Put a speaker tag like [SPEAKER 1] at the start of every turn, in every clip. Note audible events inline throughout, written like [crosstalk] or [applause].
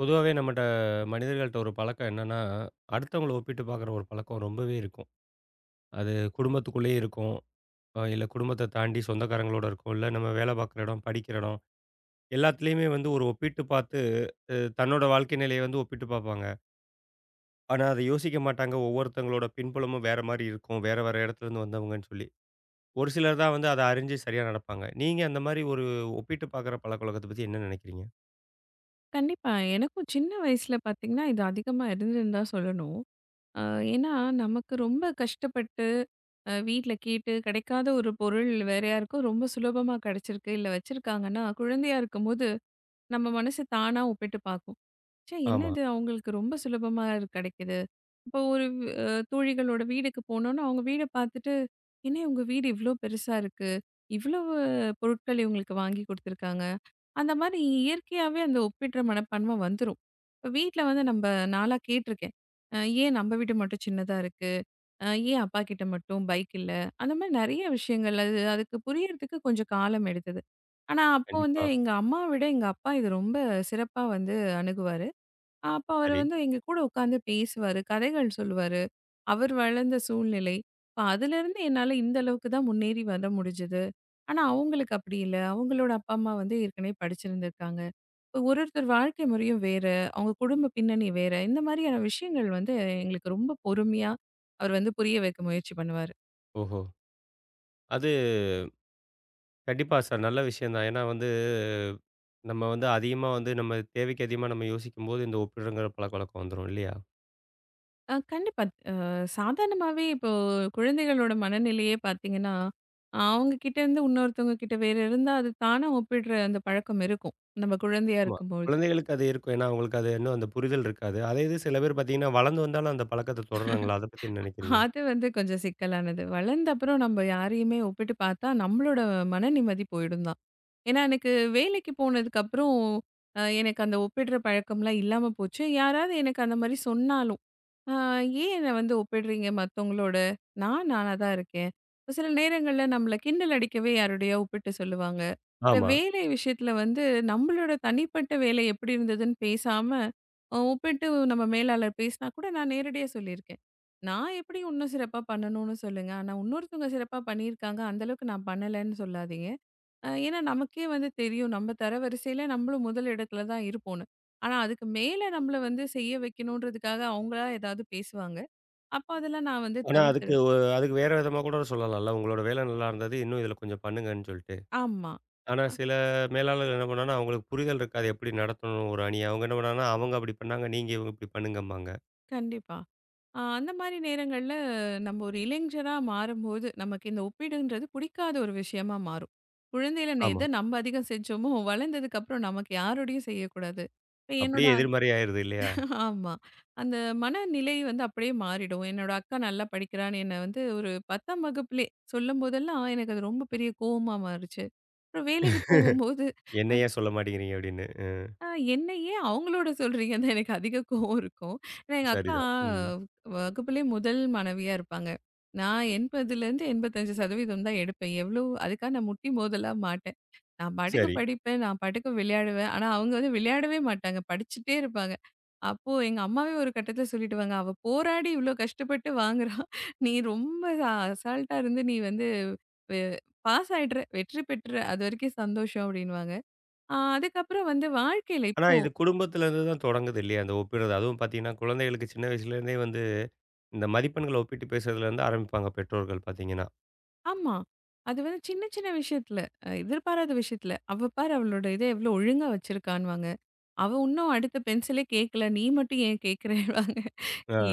[SPEAKER 1] பொதுவாவே நம்மட்ட மனிதர்கள்ட்ட ஒரு பழக்கம் என்னன்னா, அடுத்தவங்கள ஒப்பிட்டு பார்க்குற ஒரு பழக்கம் ரொம்பவே இருக்கும். அது குடும்பத்துக்குள்ளேயே இருக்கும். இல்ல குடும்பத்த தாண்டி சொந்தக்காரங்களோட இருக்கும். இல்ல நம்ம வேலை பார்க்குற இடம், படிக்கிற இடம் எல்லாத்துலயுமே வந்து ஒரு ஒப்பிட்டு பார்த்து தன்னோட வாழ்க்கை நிலைய வந்து ஒப்பிட்டு பார்ப்பாங்க. ஆனா அத யோசிக்க மாட்டாங்க. ஒவ்வொருத்தவங்களோட பின்புலமும் வேற மாரி இருக்கும். வேற வேற இடத்துலேருந்து வந்தவங்கன்னு சொல்லி. ஒரு சிலர் தான் வந்து அத அறிஞ்சு சரியா நடப்பாங்க. நீங்க அந்த மாரி ஒரு ஒப்பிட்டு பார்க்குற பழக்கவழக்கத்த பத்தி என்ன நினைக்கிறீங்க?
[SPEAKER 2] கண்டிப்பா. எனக்கும் சின்ன வயசுல பார்த்தீங்கன்னா, இது அதிகமா இருந்ததுன்னு தான் சொல்லணும். அ ஏன்னா, நமக்கு ரொம்ப கஷ்டப்பட்டு வீட்ல கேட்டு கிடைக்காத ஒரு பொருள் வேற யாருக்கோ ரொம்ப சுலபமா கிடைச்சிருக்கு, இல்ல வச்சிருக்காங்கன்னா, குழந்தையா இருக்கும்போது நம்ம மனசு தானா ஒப்பிட்டு பார்க்கும். ச்சே! என்ன
[SPEAKER 1] ஆமா.
[SPEAKER 2] இது அவங்களுக்கு ரொம்ப சுலபமா கிடைக்குது. இப்போ ஒரு அ தோழிகளோட வீடுக்கு போனோம்னா, அவங்க வீட பார்த்துட்டு, "என்ன இவங்க வீடு இவ்ளோ பெருசா இருக்கு. இவ்வளவு பொருட்கள் இவங்களுக்கு வாங்கி குடுத்துருக்காங்க." அந்த மாதிரி இயற்கையாவே அந்த ஒப்பிடுற மனப்பான்மை வந்துரும். இப்ப வீட்ல வந்து நம்ப நான்லாம் கேட்டுருக்கேன். அ ஏன் நம்ப வீடு மட்டும் சின்னதா இருக்கு? ஏன் அப்பா கிட்ட மட்டும் பைக் இல்ல? அந்த மாரி நெறைய விஷயங்கள். அது அதுக்கு புரியறதுக்கு கொஞ்சம் காலம் எடுத்தது. ஆனா, அப்போ வந்து
[SPEAKER 1] கண்டிப்பா.
[SPEAKER 2] எங்க அம்மாவ விட எங்க அப்பா இது ரொம்ப சிறப்பா வந்து அணுகுவாரு. அப்ப அவரு
[SPEAKER 1] சரி.
[SPEAKER 2] வந்து எங்க கூட உட்கார்ந்து பேசுவாரு, கதைகள் சொல்லுவாரு. அவர் வளர்ந்த சூழ்நிலை. இப்ப அதுலருந்து என்னால இந்த அளவுக்கு தான் முன்னேறி வர முடிஞ்சது. ஆனா, அவங்களுக்கு அப்படி இல்ல. அவங்களோட அப்பா, அம்மா வந்து ஏற்கனவே படிச்சிருந்திருக்காங்க. ஒருத்தர் வாழ்க்கை முறையும் வேற, அவங்க குடும்ப பின்னணி வேற. இந்த மாதிரியான விஷயங்கள் வந்து எங்களுக்கு ரொம்ப பொறுமையா அவர் வந்து புரிய வைக்க முயற்சி பண்ணுவாரு.
[SPEAKER 1] ஓஹோ! அது கண்டிப்பா சார் நல்ல விஷயம் தான். ஏன்னா வந்து நம்ம வந்து அதிகமா வந்து நம்ம தேவைக்கு அதிகமா நம்ம யோசிக்கும்போது, இந்த ஒப்பிடுறங்கிற பழக்கவழக்கம் வந்துரும் இல்லையா?
[SPEAKER 2] கண்டிப்பா. அ சாதாரணமாவே இப்போ குழந்தைகளோட மனநிலையே பார்த்தீங்கன்னா, அவங்க கிட்ட இருந்து இன்னொருத்தவங்க கிட்ட வேற இருந்தா, அது தானா ஒப்பிடுற அந்த பழக்கம் இருக்கும். நம்ம குழந்தையா
[SPEAKER 1] ஆமா.
[SPEAKER 2] இருக்கும்பொழுது.
[SPEAKER 1] குழந்தைகளுக்கு அது இருக்கும். ஏன்னா, அவங்களுக்கு அது இன்னும் அந்த புரிதல் இருக்காது. அதே இது சில பேர் பார்த்தீங்கன்னா, வளர்ந்து வந்தாலும் அந்த பழக்கத்த தொடர்றாங்களா? அத பத்தி என்ன நெனைக்கிறீங்க?
[SPEAKER 2] அது வந்து கொஞ்சம் சிக்கலானது. வளர்ந்த அப்புறம் நம்ம யாரையுமே ஒப்பிட்டு பார்த்தா, நம்மளோட மன நிம்மதி போயிடும் தான். ஏன்னா, எனக்கு வேலைக்கு போனதுக்கப்புறம் எனக்கு அந்த ஒப்பிடுற பழக்கம்லாம் இல்லாம போச்சு. யாராவது எனக்கு அந்த மாரி சொன்னாலும், "அ ஏன் என்ன வந்து ஒப்பிடுறீங்க மத்தவங்களோட? நான் நானா தான் இருக்கேன்." ஒரு சில நேரங்கள்ல நம்மள கிண்டல் அடிக்கவே யாரோடையோ ஒப்பிட்டு சொல்லுவாங்க. இல்ல
[SPEAKER 1] ஆமா.
[SPEAKER 2] வேலை விஷயத்துல வந்து நம்மளோட தனிப்பட்ட வேலை எப்படி இருந்ததுன்னு பேசாம, ஒப்பிட்டு நம்ம மேலாளர் பேசினா கூட நான் நேரடியா சொல்லியிருக்கேன். "நான் எப்படி இன்னும் சிறப்பா பண்ணணும்னு சொல்லுங்க. ஆனா, இன்னொருத்தவங்க சிறப்பா பண்ணியிருக்காங்க. அந்த அளவுக்கு நான் பண்ணலன்னு சொல்லாதீங்க. ஏன்னா நமக்கே வந்து தெரியும். நம்ம தரவரிசையில நம்மளும் முதல் இடத்துல தான் இருப்போம்ன்னு. ஆனா அதுக்கு மேல நம்மள வந்து செய்ய வைக்கணுன்றதுக்காக அவங்களா ஏதாவது பேசுவாங்க. அப்ப அதெல்லாம் நான் வந்து
[SPEAKER 1] ஆனா அதுக்கு
[SPEAKER 2] தவிர்த்துடுவேன்.
[SPEAKER 1] அதுக்கு வேற விதமா கூட சொல்லலாம்ல. உங்களோட வேலை நல்லா இருந்தது. இன்னும் இதில கொஞ்சம் பண்ணுங்கன்னு சொல்லிட்டு.
[SPEAKER 2] ஆமா.
[SPEAKER 1] ஆனா
[SPEAKER 2] அ
[SPEAKER 1] சில மேலாளர்கள் என்ன பண்ணாங்கன்னா, அவங்களுக்கு புரிதல் இருக்காது. எப்படி நடத்தணும் ஒரு அணிய. அவங்க என்ன பண்ணாங்கன்னா, அவங்க அப்படி பண்ணாங்க. நீங்க இவங்க இப்படி பண்ணுங்கம்பாங்க.
[SPEAKER 2] கண்டிப்பா. அந்த மாரி நேரங்கள்ல நம்ம ஒரு இளைஞரா மாறும்போது, நமக்கு இந்த ஒப்பீடுன்றது புடிக்காத ஒரு விஷயமா மாறும். குழந்தையில
[SPEAKER 1] ஆமா.
[SPEAKER 2] எத நம்ம அதிகம் செஞ்சோமோ, வளர்ந்ததுக்கப்புறம் நமக்கு யாரோடையும் செய்யக்கூடாது. இப்ப என்னோட
[SPEAKER 1] அப்படியே எதிர்மறை ஆயிருது இல்லையா?
[SPEAKER 2] ஆமா. அந்த மனநிலை வந்து அப்படியே மாறிடும். என்னோட அக்கா நல்லா படிக்கிறான்னு என்ன வந்து ஒரு 10ஆம் வகுப்பிலே சொல்லும்போதெல்லாம் எனக்கு அது ரொம்ப பெரிய கோவமா மாறுச்சு. அப்புறம் வேலைக்கு போகும்போது,
[SPEAKER 1] என்ன ஏன் சொல்ல மாட்டேங்கிறீங்க அப்படின்னு.
[SPEAKER 2] "அ என்ன ஏன் அவங்களோட சொல்றீங்கன்னு தான் எனக்கு அதிக கோவம் இருக்கும். ஏன்னா எங்க அக்கா
[SPEAKER 1] சரிதான். ம்.
[SPEAKER 2] வகுப்பிலே முதல் மாணவியா இருப்பாங்க. நான் 80லேருந்து 85% தான் எடுப்பேன். எவ்வளோ அதுக்காக நான் முட்டி மோதலா மாட்டேன். நான் பாட்டுக்கு
[SPEAKER 1] சரி.
[SPEAKER 2] படிப்பேன். நான் பாட்டுக்கு விளையாடுவேன். ஆனா, அவங்க வந்து விளையாடவே மாட்டாங்க. படிச்சுட்டே இருப்பாங்க. அப்போ எங்க அம்மாவே ஒரு கட்டத்தில சொல்லிடுவாங்க. "அவ போராடி இவ்ளோ கஷ்டப்பட்டு வாங்குறா. நீ ரொம்ப அசால்ட்டா இருந்து நீ வந்து வெ பாஸ் ஆயிடுற. வெற்றி பெற்ற. அதுவரைக்கும் சந்தோஷம்" அப்படின்னுவாங்க. அதுக்கப்புறம் வந்து வாழ்க்கையில
[SPEAKER 1] ஆனா,
[SPEAKER 2] இப்போ
[SPEAKER 1] இது குடும்பத்திலேருந்து தான் தொடங்குது இல்லையா? அந்த ஒப்பிடுறது. அதுவும் பார்த்தீங்கன்னா, குழந்தைகளுக்கு சின்ன வயசுலேருந்தே வந்து இந்த மதிப்பெண்கள ஒப்பிட்டு பேசுறதுலேருந்து ஆரம்பிப்பாங்க பெற்றோர்கள் பார்த்தீங்கன்னா.
[SPEAKER 2] ஆமா. அது வந்து சின்ன சின்ன விஷயத்தில எதிர்பாராத விஷயத்தில. "அவ பாரு அவளோட இத எவ்ளோ ஒழுங்கா வச்சிருக்கான்னுவாங்க. அவ உன்னும் அடுத்த பென்சிலே கேட்கல. நீ மட்டும் ஏன் கேட்கிறேன்னுவாங்க."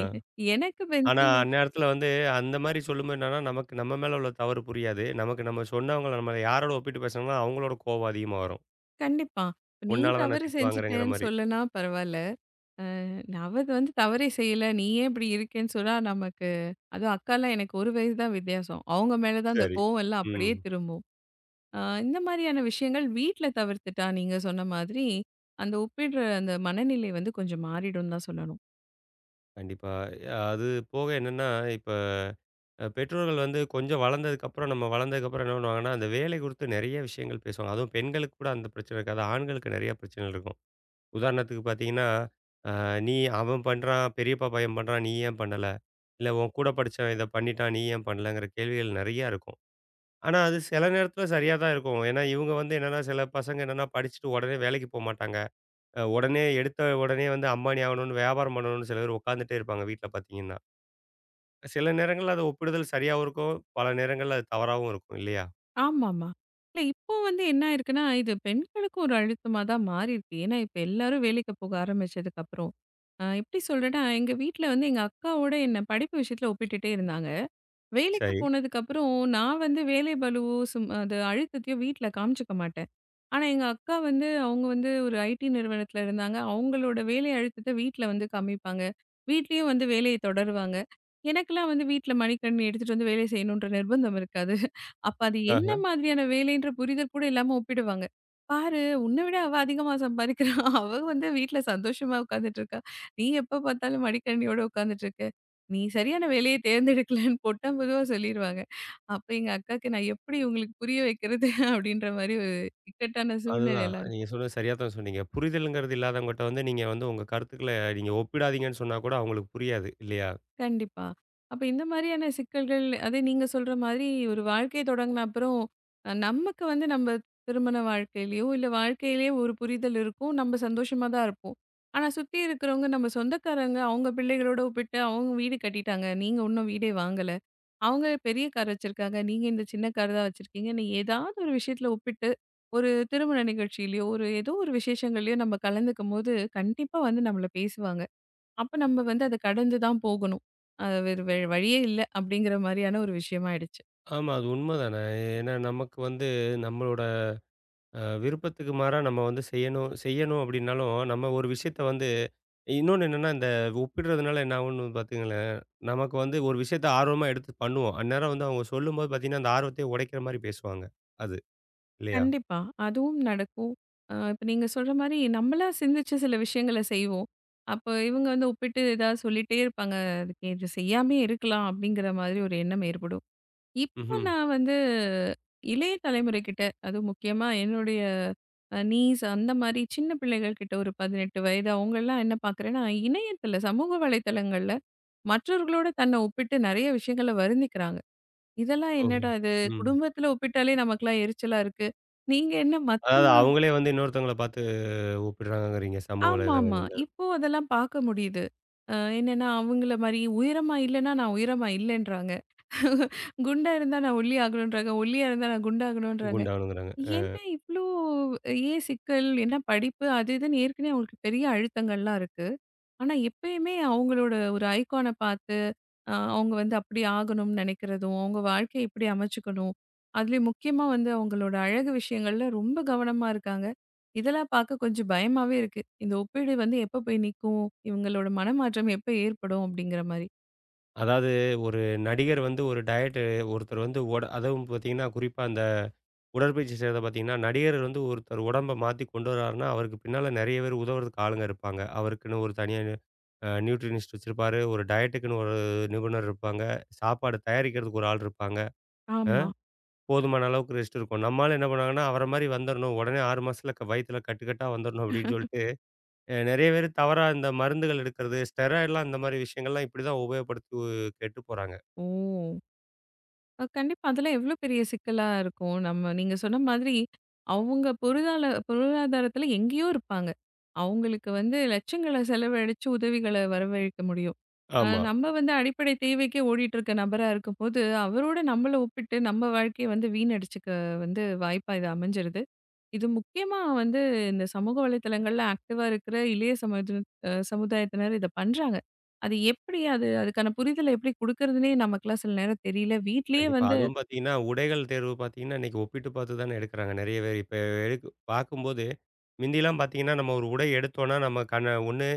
[SPEAKER 2] எ எனக்கு
[SPEAKER 1] ஆனா,
[SPEAKER 2] பென்சில்
[SPEAKER 1] அந்நேரத்தில வந்து அந்த மாரி சொல்லும்போது என்னன்னா, நமக்கு நம்ம மேல உள்ள தவறு புரியாது. நமக்கு நம்ம சொன்னவங்கள நம்ம யாரோட ஒப்பிட்டு பேசுனோம்னா, அவங்களோட கோபம் அதிகமா வரும்.
[SPEAKER 2] கண்டிப்பா. இப்ப நீ
[SPEAKER 1] உன்னால தான் நான்
[SPEAKER 2] தவறு
[SPEAKER 1] திட்டு வாங்குறேங்கிற
[SPEAKER 2] செஞ்சுட்டேன்னு
[SPEAKER 1] மாரி.
[SPEAKER 2] சொல்லனா பரவால்ல. அவ வந்து தவறே செய்யல. நீ ஏன் இப்படி இருக்கேன்னு சொன்னா நமக்கு அதுவும் அக்காலாம் எனக்கு 1 வயசு தான் வித்தியாசம். அவங்க மேல தான் அந்த
[SPEAKER 1] சரி.
[SPEAKER 2] கோவம் எல்லாம்
[SPEAKER 1] ம்.
[SPEAKER 2] அப்படியே திரும்பும். அ இந்த மாரியான விஷயங்கள் வீட்ல தவிர்த்துட்டா, நீங்க சொன்ன மாதிரி, அந்த ஒப்பிடுற அந்த மனநிலை வந்து கொஞ்சம் மாறிடும்னு தான் சொல்லணும்.
[SPEAKER 1] கண்டிப்பா. அது போக என்னன்னா, இப்ப பெற்றோர்கள் வந்து கொஞ்சம் வளர்ந்ததுக்கப்புறம் நம்ம வளர்ந்ததுக்கப்புறம் என்ன பண்ணுவாங்கன்னா, அந்த வேலை குறித்து நெறைய விஷயங்கள் பேசுவாங்க. அதுவும் பெண்களுக்கு கூட அந்த பிரச்சனை இருக்காது. ஆண்களுக்கு நெறைய பிரச்சனைகள் இருக்கும். உதாரணத்துக்கு பார்த்தீங்கன்னா, அ "நீ அவன் பண்றான், பெரியப்பா பையன் பண்றான், நீ ஏன் பண்ணல? இல்ல உன் கூட படிச்சவன் இத பண்ணிட்டான், நீ ஏன் பண்ணலங்கிற?" கேள்விகள் நெறையா இருக்கும். ஆனா, அது சில நேரத்தில சரியா தான் இருக்கும். ஏன்னா, இவங்க வந்து என்னன்னா சில பசங்க என்னன்னா படிச்சுட்டு உடனே வேலைக்கு போமாட்டாங்க. உடனே எடுத்த உடனே வந்து அம்பானி ஆகணும்னு, வியாபாரம் பண்ணணும்னு சில பேர் உட்காந்துட்டே இருப்பாங்க வீட்ல பார்த்தீங்கன்னா. சில நேரங்கள்ல அது ஒப்பிடுதல் சரியாவும் இருக்கும். பல நேரங்கள்ல அது தவறாவும் இருக்கும் இல்லையா?
[SPEAKER 2] ஆமாமா. இல்ல இப்போ வந்து என்ன ஆயிருக்குன்னா, இது பெண்களுக்கு ஒரு அழுத்தமா தான் மாறியிருக்கு. ஏன்னா, இப்ப எல்லாரும் வேலைக்கு போக ஆரம்பிச்சதுக்கப்புறம். எப்படி சொல்றேன்னா, எங்க வீட்ல வந்து எங்க அக்காவோட என்ன படிப்பு விஷயத்துல ஒப்பிட்டுட்டே இருந்தாங்க. வேலைக்கு
[SPEAKER 1] சரி.
[SPEAKER 2] போனதுக்கப்புறம், நான் வந்து வேலை பளுவோ, அது அழுத்தத்தையோ வீட்ல காமிச்சுக்க மாட்டேன். ஆனா, எங்க அக்கா வந்து அவங்க வந்து ஒரு ஐடி நிறுவனத்தில இருந்தாங்க. அவங்களோட வேலை அழுத்தத்த வீட்ல வந்து காமிப்பாங்க. வீட்லயும் வந்து வேலைய தொடருவாங்க. எனக்கெல்லாம் வந்து வீட்ல மடிக்கணினி எடுத்துட்டு வந்து வேலை செய்யணுன்ற நிர்பந்தம் இருக்காது. அப்ப அது என்ன
[SPEAKER 1] ஆஹ.
[SPEAKER 2] மாதிரியான வேலைன்ற புரிதல் கூட இல்லாம ஒப்பிடுவாங்க. "பாரு உன்ன விட அவ அதிகமா சம்பாரிக்கிறா. அவ வந்து வீட்ல சந்தோஷமா உட்காந்துட்டு இருக்கா. நீ எப்ப பார்த்தாலும் மடிக்கணினியோட உட்காந்துட்டு இருக்க." நீ சரியான வேலைய தேர்ந்தெடுக்கலன்னு போட்டா பொதுவா சொல்லிருவாங்க. அப்ப எங்க அக்காக்கு நான் எப்படி உங்களுக்கு புரிய வைக்கிறது? அப்படின்ற மாரி ஒரு இக்கட்டான
[SPEAKER 1] அதுதான்.
[SPEAKER 2] சூழ்நிலைலாம்
[SPEAKER 1] நீங்க
[SPEAKER 2] இருக்கும்.
[SPEAKER 1] சொன்னது சரியா தான் சொன்னீங்க. புரிதல்ங்கிறது இல்லாதவங்கட்ட வந்து நீங்க வந்து உங்க கருத்துக்கள நீங்க ஒப்பிடாதீங்கன்னு சொன்னா கூட அவங்களுக்கு புரியாது இல்லையா?
[SPEAKER 2] கண்டிப்பா. அப்ப இந்த மாரியான சிக்கல்கள், அதே நீங்க சொல்ற மாதிரி ஒரு வாழ்க்கை தொடங்குன அப்புறம், நமக்கு வந்து நம்ம திருமண வாழ்க்கையிலயோ, இல்ல வாழ்க்கையிலயே ஒரு புரிதல் இருக்கும். நம்ம சந்தோஷமா தான் இருப்போம். ஆனா சுத்தி இருக்கிறவங்க நம்ம சொந்தக்காரங்க, அவங்க பிள்ளைகளோட ஒப்பிட்டு அவங்க வீடு கட்டிட்டாங்க. நீங்க உன்னும் வீடே வாங்கல. அவங்க பெரிய கார் வச்சிருக்காங்க. நீங்க இந்த சின்ன கார் தான் வச்சிருக்கீங்கன்னு ஏதாவது ஒரு விஷயத்துல ஒப்பிட்டு, ஒரு திருமண நிகழ்ச்சியிலயோ, ஒரு ஏதோ ஒரு விசேஷங்கள்லயோ நம்ம கலந்துக்கும்போது, கண்டிப்பா வந்து நம்மள பேசுவாங்க. அப்ப நம்ம வந்து அத கடந்து தான் போகணும். அது வேறு வழியே இல்ல அப்படிங்கிற மாரியான ஒரு விஷயமா ஆயிடுச்சு.
[SPEAKER 1] ஆமா. அது உண்மதானே. ஏன்னா நமக்கு வந்து நம்மளோட விருப்பத்துக்கு மாறா நம்ம வந்து செய்யணும் செய்யணும் அப்டின்னாலும், நம்ம ஒரு விஷயத்த வந்து இன்னொன்னு என்னன்னா, இந்த ஒப்பிடுறதுனால என்ன ஆகும்னு பாத்தீங்களேன், நமக்கு வந்து ஒரு விஷயத்த ஆர்வமா எடுத்து பண்ணுவோம். அந்நேரம் வந்து அவங்க சொல்லும்போது பாத்தீங்கன்னா, அந்த ஆர்வத்தையே உடைக்கிற மாரி பேசுவாங்க. அது இல்லையா?
[SPEAKER 2] கண்டிப்பா. அதுவும் நடக்கும். இப்ப நீங்க சொல்ற மாரி நம்மளா சிந்திச்சு சில விஷயங்கள செய்வோம். அப்போ இவங்க வந்து ஒப்பிட்டு ஏதாவது சொல்லிட்டே இருப்பாங்க. அதுக்கு இது செய்யாமயே இருக்கலாம் அப்படிங்கிற மாதிரி ஒரு எண்ணம் ஏற்படும். இப்போ
[SPEAKER 1] ம்ஹ்ம்.
[SPEAKER 2] நான் வந்து இளைய தலைமுறைகிட்ட, அதுவும் முக்கியமா என்னுடைய நீஸ் அந்த மாரி சின்ன பிள்ளைகள் கிட்ட ஒரு 18 வயது அவங்கலாம் என்ன பார்க்குறேன்னா, இணையத்தில சமூக வலைதளங்கள்ல மற்றவர்களோட தன்னை ஒப்பிட்டு நெறைய விஷயங்கள வருந்திக்கிறாங்க. இதெல்லாம்
[SPEAKER 1] ஓஹோ!
[SPEAKER 2] என்னடா இது?
[SPEAKER 1] ம்.
[SPEAKER 2] குடும்பத்தில ஒப்பிட்டாலே நமக்கெல்லாம் எரிச்சலா இருக்கு. நீங்க என்ன
[SPEAKER 1] அதாவது
[SPEAKER 2] மத்தவங்களோட
[SPEAKER 1] அவங்களே வந்து இன்னொருத்தவங்கள பாத்து ஒப்பிடுறாங்கங்கிறீங்க சமூக
[SPEAKER 2] ஆமாமா.
[SPEAKER 1] வலைதளங்கள்ல.
[SPEAKER 2] இப்போ அதெல்லாம் பார்க்க முடியுது. என்னன்னா, அவங்கள மாரி உயரமா இல்லன்னா, நான் உயரமா இல்லன்றாங்க. குண்டா இருந்தா நான் ஒல்லி ஆகணுன்றாங்க. ஒல்லியா இருந்தா நான் குண்டாகணுன்றாங்க.
[SPEAKER 1] குண்டாகணுங்கிறாங்க.
[SPEAKER 2] என்ன இவ்ளோ ஏன் சிக்கல்? என்ன படிப்பு? அது இதுன்னு ஏற்கனவே அவங்களுக்கு பெரிய அழுத்தங்கள்லாம் இருக்கு. ஆனா, எப்பயுமே அவங்களோட ஒரு ஐகான பார்த்து, அவங்க வந்து அப்படி ஆகணும்னு நினைக்கிறதும், அவங்க வாழ்க்கைய இப்படி அமைச்சுக்கணும். அதுலயும் முக்கியமா வந்து அவங்களோட அழகு விஷயங்கள்ல ரொம்ப கவனமா இருக்காங்க. இதெல்லாம் பார்க்க கொஞ்சம் பயமாவே இருக்கு. இந்த ஒப்பீடு வந்து எப்ப போய் நிக்கும்? இவங்களோட மனமாற்றம் எப்ப ஏற்படும்? அப்படிங்கிற மாரி.
[SPEAKER 1] அதாவது ஒரு நடிகர் வந்து ஒரு டயட்டு ஒருத்தர் வந்து அதுவும் பார்த்தீங்கன்னா, குறிப்பா அந்த உடற்பயிற்சி செய்றத பார்த்தீங்கன்னா, நடிகர் வந்து ஒருத்தர் உடம்ப மாத்தி கொண்டு வராருன்னா, அவருக்கு பின்னால நெறைய பேர் உதவுறதுக்கு ஆளுங்க இருப்பாங்க. அவருக்குன்னு ஒரு தனியா நியூட்ரினிஸ்ட் வச்சிருப்பாரு. ஒரு டயட்டுக்குன்னு ஒரு நிபுணர் இருப்பாங்க. சாப்பாடு தயாரிக்கிறதுக்கு ஒரு ஆள் இருப்பாங்க. அ
[SPEAKER 2] ஆமா.
[SPEAKER 1] போதுமான அளவுக்கு ரெஸ்ட் இருக்கும். நம்மாளு என்ன பண்ணுவாங்கன்னா, அவர மாரி வந்துரணும். உடனே 6 மாசத்துல வயித்துல கட்டு கட்டா வந்துரணும் அப்படின்னு சொல்லிட்டு, நெறைய பேர் தவறா இந்த மருந்துகள் எடுக்கிறது, ஸ்டெராய்டுலாம் இந்த மாரி விஷயங்கள்லாம் இப்படி தான் உபயோகப்படுத்தி கெட்டு போறாங்க.
[SPEAKER 2] ஓ! கண்டிப்பா. அதெல்லாம் எவ்ளோ பெரிய சிக்கலா இருக்கும். நம்ம நீங்க சொன்ன மாதிரி, அவங்க பொருளால பொருளாதாரத்துல எங்கேயோ இருப்பாங்க. அவங்களுக்கு வந்து லட்சங்கள செலவழிச்சு உதவிகள வரவழைக்க முடியும்.
[SPEAKER 1] ஆமா.
[SPEAKER 2] நம்ம வந்து அடிப்படை தேவைக்கே ஓடிட்டுருக்க நபரா இருக்கும்போது, அவரோட நம்மள ஒப்பிட்டு நம்ம வாழ்க்கைய வந்து வீணடிச்சுக்க வந்து வாய்ப்பா இது அமைஞ்சிருது. இது முக்கியமா வந்து இந்த சமூக வலைதளங்கள்ல ஆக்டிவா இருக்கிற இளைய சமூதின அ சமுதாயத்தினர் இத பண்றாங்க. அது எப்படி அதுக்கான புரிதல எப்படி குடுக்குறதுன்னே நமக்கெல்லாம் சில நேரம் தெரியல. வீட்லயே
[SPEAKER 1] கண்டிப்பா.
[SPEAKER 2] வந்து
[SPEAKER 1] அதுவும் பார்த்தீங்கன்னா, உடைகள் தேர்வு பார்த்தீங்கன்னா, இன்னைக்கு ஒப்பிட்டு பார்த்து தானே எடுக்கிறாங்க நெறைய பேர். இப்ப எடுக் பார்க்கும்போது, மிந்திலாம் பார்த்தீங்கன்னா, நம்ம ஒரு உடை எடுத்தோம்னா, நம்ம கண்ண ஒண்ணு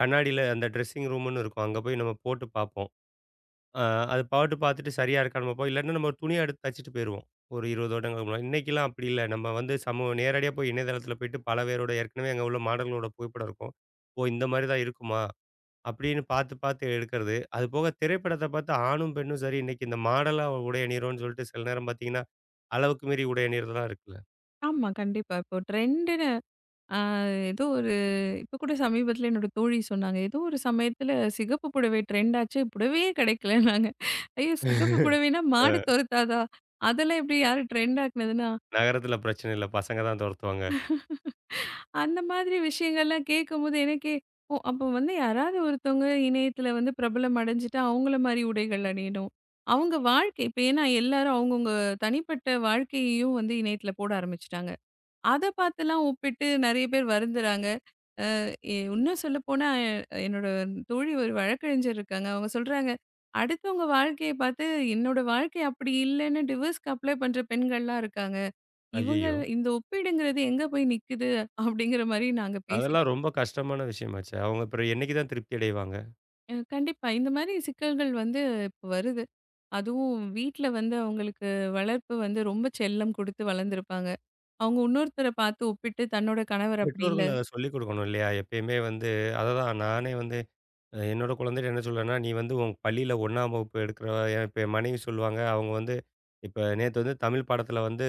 [SPEAKER 1] கண்ணாடியில அந்த ட்ரெஸ்ஸிங் ரூம்னு இருக்கும். அங்க போய் நம்ம போட்டு பார்ப்போம். அ அது பாட்டு பார்த்துட்டு சரியா இருக்கான்னு பார்ப்போம். இல்லாட்டினா நம்ம துணிய எடுத்து தச்சுட்டு போயிருவோம். ஒரு 20 வருடங்களுக்கு முன்னாடி. இன்னைக்கெல்லாம் அப்படி இல்ல. நம்ம வந்து நேரடியா போய் இணையதளத்தில போயிட்டு பல பேரோட ஏற்கனவே அங்க உள்ள மாடல்களோட புகைப்படம் இருக்கும். ஓ! இந்த மாரி தான் இருக்குமா? அப்படின்னு பார்த்து, பார்த்து எடுக்கிறது. அது போக திரைப்படத்த பார்த்து ஆணும், பெண்ணும் சரி இன்னைக்கு இந்த மாடலா உடை அணியிறோம்ன்னு சொல்லிட்டு சில நேரம் பார்த்தீங்கன்னா, அளவுக்கு மீறி உடை அணியிறதெல்லாம் இருக்குல்ல.
[SPEAKER 2] ஆமா. கண்டிப்பா. இப்போ ட்ரெண்டுன்னு அ ஏதோ ஒரு இப்ப கூட சமீபத்தில என்னோட தோழி சொன்னாங்க. ஏதோ ஒரு சமயத்தில சிகப்பு புடவை ட்ரெண்ட் ஆச்சு. புடவையே கிடைக்கலன்னாங்க. ஐயோ! சிகப்பு புடவைன்னா
[SPEAKER 1] [laughs]
[SPEAKER 2] மாடு
[SPEAKER 1] அ
[SPEAKER 2] துரத்தாதா? அதெல்லாம் எப்படி யாரு ட்ரெண்ட் ஆக்குனதுன்னா,
[SPEAKER 1] நகரத்தில பிரச்சனை இல்ல. பசங்க தான் தொரத்துவாங்க.
[SPEAKER 2] அந்த மாதிரி விஷயங்கள்லாம் கேட்கும்போது எனக்கே, ஓ! அப்போ வந்து யாராவது ஒருத்தவங்க இணையத்தில வந்து பிரபலம் அடைஞ்சுட்டா அவங்கள மாரி உடைகள் அணியணும். அவங்க வாழ்க்கை இப்ப ஏன்னா எல்லாரும் அவங்கவங்க தனிப்பட்ட வாழ்க்கையையும் வந்து இணையத்தில போட ஆரம்பிச்சுட்டாங்க. அத பார்த்துலாம் ஒப்பிட்டு நெறைய பேர் வருந்துறாங்க. இன்னும் சொல்லப்போனா, என்னோட தோழி ஒரு வழக்கறிஞர் இருக்காங்க. அவங்க சொல்றாங்க, "அடுத்தவங்க வாழ்க்கைய பார்த்து என்னோட வாழ்க்கை அப்படி இல்லன்னு டிவோர்ஸ்க்கு அப்ளை பண்ற பெண்கள்லாம் இருக்காங்க. இவங்க
[SPEAKER 1] ஐயய்யோ!
[SPEAKER 2] இந்த ஒப்பீடுங்கிறது எங்க போய் நிக்குது?" அப்படிங்கிற மாரி நாங்க பேசி
[SPEAKER 1] அதெல்லாம் ரொம்ப கஷ்டமான விஷயமாச்சே. அவங்க அப்புறம் என்னைக்கு தான் திருப்தி அடைவாங்க?
[SPEAKER 2] கண்டிப்பா. இந்த மாரி சிக்கல்கள் வந்து இப்ப வருது. அதுவும் வீட்ல வந்து அவங்களுக்கு வளர்ப்பு வந்து ரொம்ப செல்லம் குடுத்து வளர்ந்துருப்பாங்க. அவங்க இன்னொருத்தர பார்த்து ஒப்பிட்டு தன்னோட கணவர் அப்படி இல்ல.
[SPEAKER 1] பெற்றோர்கள் அத சொல்லிக் கொடுக்கணும் இல்லையா? எப்பயுமே வந்து அததான் நானே வந்து என்னோட குழந்தைட்ட என்ன சொல்வேன்னா, "நீ வந்து உன் பள்ளியில 1ஆம் வகுப்பு எடுக்கிற". இப்ப என் மனைவி சொல்லுவாங்க. அவங்க வந்து இப்ப நேத்து வந்து தமிழ் பாடத்தில வந்து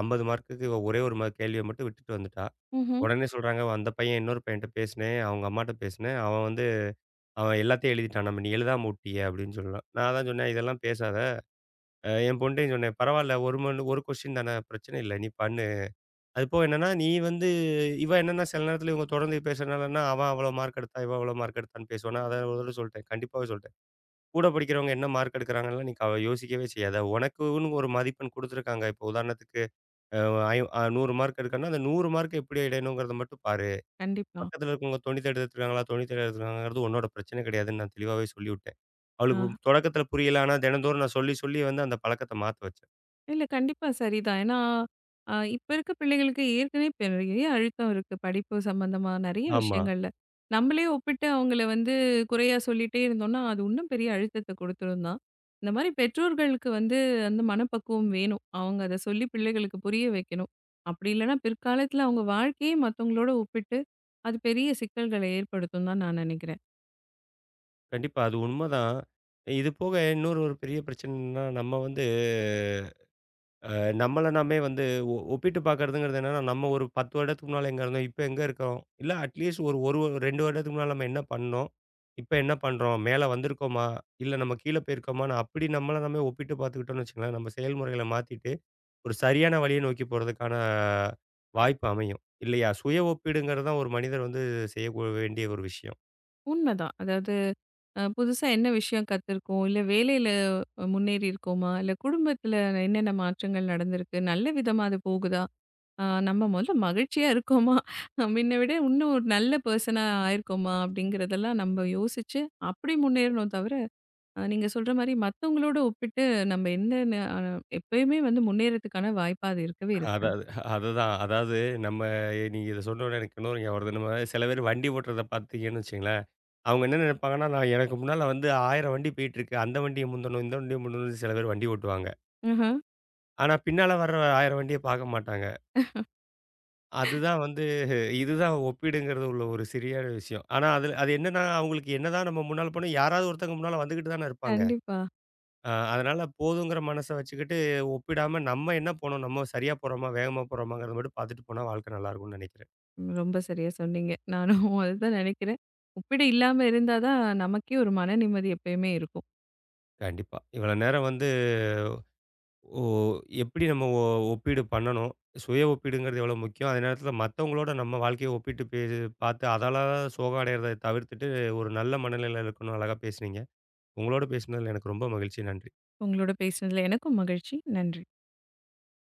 [SPEAKER 1] 50 மார்க்குக்கு இவ ஒரே ஒரு கேள்விய மட்டும் விட்டுட்டு வந்துட்டா.
[SPEAKER 2] ம்ஹ்ம்.
[SPEAKER 1] உடனே சொல்றாங்க, அந்த பையன் இன்னொரு பையன்ட்ட பேசினேன். அவங்க அம்மாட்ட பேசினேன். அவன் எல்லாத்தையும் எழுதிட்டான். நம்ம நீ எழுதாம உட்டிய அப்படின்னு சொன்னான். நான் தான் சொன்னேன், இதெல்லாம் பேசாத. என் பொண்ணுட்டயும் சொன்னேன். பரவால்ல ஒரு மண் ஒரு கொஸ்டின் தானே பிரச்சனை இல்ல. நீ பண்ணு. அது போக என்னன்னா, நீ வந்து இவ என்னன்னா சில நேரத்துல இவங்க தொடர்ந்து பேசுறனாலன்னா, அவன் அவ்வளோ மார்க் எடுத்தா, இவன் அவ்வளோ மார்க் எடுத்தான்னு பேசுவானா. அத ஒரு தடவ சொல்லிட்டேன். கண்டிப்பாவே சொல்லிட்டேன். கூட படிக்கிறவங்க என்ன மார்க் எடுக்கிறாங்கன்லாம் நீ யோசிக்கவே செய்யாத. உனக்குன்னு ஒரு மதிப்பெண் குடுத்துருக்காங்க. இப்போ உதாரணத்துக்கு அ ஐ 100 மார்க் எடுக்கணும்னா, அந்த 100 மார்க்க எப்படி அடையணுங்கிறத மட்டும் பாரு.
[SPEAKER 2] கண்டிப்பா.
[SPEAKER 1] பக்கத்துல இருக்கவங்க துணி தேடி எடுத்துருக்காங்களா, துணி தேடி எடுத்துருக்காங்கங்கிறது உன்னோட பிரச்சனை கிடையாதுன்னு நான் தெளிவாவே சொல்லிவிட்டேன்.
[SPEAKER 2] ஆ.
[SPEAKER 1] அவளுக்கு தொடக்கத்துல புரியல. ஆனா தினந்தோறும் நான் சொல்லி, சொல்லி வந்து அந்த பழக்கத்த மாத்த வச்சேன்.
[SPEAKER 2] இல்ல கண்டிப்பா சரிதான். ஏன்னா, இப்ப இருக்க பிள்ளைகளுக்கு ஏற்கனவே பெரிய அழுத்தம் இருக்கு. படிப்பு சம்பந்தமா நெறைய
[SPEAKER 1] ஆமா.
[SPEAKER 2] விஷயங்கள்ல. நம்மளே ஒப்பிட்டு அவங்கள வந்து குறையா சொல்லிட்டே இருந்தோம்னா, அது இன்னும் பெரிய அழுத்தத்த கொடுத்துரும் தான். இந்த மாரி பெற்றோர்களுக்கு வந்து அந்த மனப்பக்குவம் வேணும். அவங்க அத சொல்லி பிள்ளைகளுக்கு புரிய வைக்கணும். அப்படி இல்லன்னா பிற்காலத்துல அவங்க வாழ்க்கையே மத்தவங்களோட ஒப்பிட்டு, அது பெரிய சிக்கல்களை ஏற்படுத்தும் தான் நான் நெனைக்கிறேன்.
[SPEAKER 1] கண்டிப்பா. அது உண்மதான். இது போக இன்னொரு ஒரு பெரிய பிரச்சனைன்னா, நம்ம வந்து அ நம்மள நாமே வந்து ஒப்பிட்டு பார்க்கறதுங்கிறது என்னன்னா, நம்ம ஒரு 10 வருடத்துக்கு முன்னால எங்க இருந்தோம், இப்ப எங்க இருக்கோம்? இல்ல அட்லீஸ்ட் ஒரு 1 2 வருடத்துக்கு முன்னால நம்ம என்ன பண்ணோம்? இப்ப என்ன பண்றோம்? மேல வந்திருக்கோமா? இல்ல நம்ம கீழ போயிருக்கோமான்னு அப்படி நம்மள நாமே ஒப்பிட்டு பார்த்துக்கிட்டோம்னு வச்சுக்கோங்களேன், நம்ம செயல்முறைகள மாத்திட்டு ஒரு சரியான வழிய நோக்கி போறதுக்கான வாய்ப்பு அமையும். இல்லையா? சுய ஒப்பீடுங்கிறது தான் ஒரு மனிதர் வந்து வேண்டிய ஒரு விஷயம்.
[SPEAKER 2] உண்மைதான். அதாவது புதுசா என்ன விஷயம் கத்துருக்கோம்? இல்ல வேலையில முன்னேறி இருக்கோமா? இல்ல குடும்பத்துல என்னென்ன மாற்றங்கள் நடந்திருக்கு? நல்ல விதமா அது போகுதா? நம்ம முதல்ல மகிழ்ச்சியா இருக்கோமா? முன்ன விட இன்னும் ஒரு நல்ல பெர்சனா ஆயிருக்கோமா? அப்படிங்கிறதெல்லாம் நம்ம யோசிச்சு அப்படி முன்னேறணும் தவிர, நீங்க சொல்ற மாரி மத்தவங்களோட ஒப்பிட்டு நம்ம என்னன்னு எப்பயுமே வந்து முன்னேறதுக்கான வாய்ப்பா அது இருக்கவே இருக்காது.
[SPEAKER 1] அதாவது அதுதான். அதாவது நம்ம நீங்க இத சொன்னோனே எனக்கு இன்னொரு ஞாபகம் வருது. நம்ம சில பேர் வண்டி ஓட்டுறத பார்த்தீங்கன்னு வச்சுக்கங்களேன், அவங்க என்ன நினைப்பாங்கன்னா, நான் எனக்கு முன்னால வந்து 1000 வண்டி போயிட்டுருக்கு. அந்த வண்டிய முந்தணும், இந்த வண்டிய முந்தணும்னு சில பேர் வண்டி ஓட்டுவாங்க.
[SPEAKER 2] ம்ஹ்ம்.
[SPEAKER 1] ஆனா, பின்னால வர்ற 1000 வண்டிய பார்க்க மாட்டாங்க. அதுதான் வந்து இதுதான் ஒப்பீடுங்கிறது உள்ள ஒரு சரியான விஷயம். ஆனா, அதுல அது என்னன்னா, அவங்களுக்கு என்னதான் நம்ம முன்னால போனா யாராவது ஒருத்தவங்க முன்னால வந்துகிட்டு தானே இருப்பாங்க.
[SPEAKER 2] கண்டிப்பா.
[SPEAKER 1] அதனால போதுங்கிற மனச வச்சுக்கிட்டு, ஒப்பிடாம நம்ம என்ன போனோம், நம்ம சரியா போறோமா, வேகமா போறோமாங்கிறத மட்டும் பார்த்துட்டு போனா வாழ்க்கை நல்லாயிருக்கும்னு நெனைக்கிறேன்.
[SPEAKER 2] ம், ரொம்ப சரியா சொன்னீங்க. நானும் [laughs] அதுதான் நினைக்கிறேன். ஒப்பீடு இல்லாம இருந்தா தான் நமக்கே ஒரு மன நிம்மதி எப்பயுமே இருக்கும்.
[SPEAKER 1] கண்டிப்பா. இவ்வளோ நேரம் வந்து ஓ எப்படி நம்ம ஒப்பீடு பண்ணணும், சுய ஒப்பீடுங்கிறது எவ்வளோ முக்கியம், அதே நேரத்தில மத்தவங்களோட நம்ம வாழ்க்கைய ஒப்பிட்டு பார்த்து அதால சோகம் அடையறத தவிர்த்துட்டு, ஒரு நல்ல மனநிலையில இருக்கணும் அழகா பேசுனீங்க. உங்களோட பேசினதில எனக்கு ரொம்ப மகிழ்ச்சி. நன்றி.
[SPEAKER 2] உங்களோட பேசினதுல எனக்கும் மகிழ்ச்சி. நன்றி.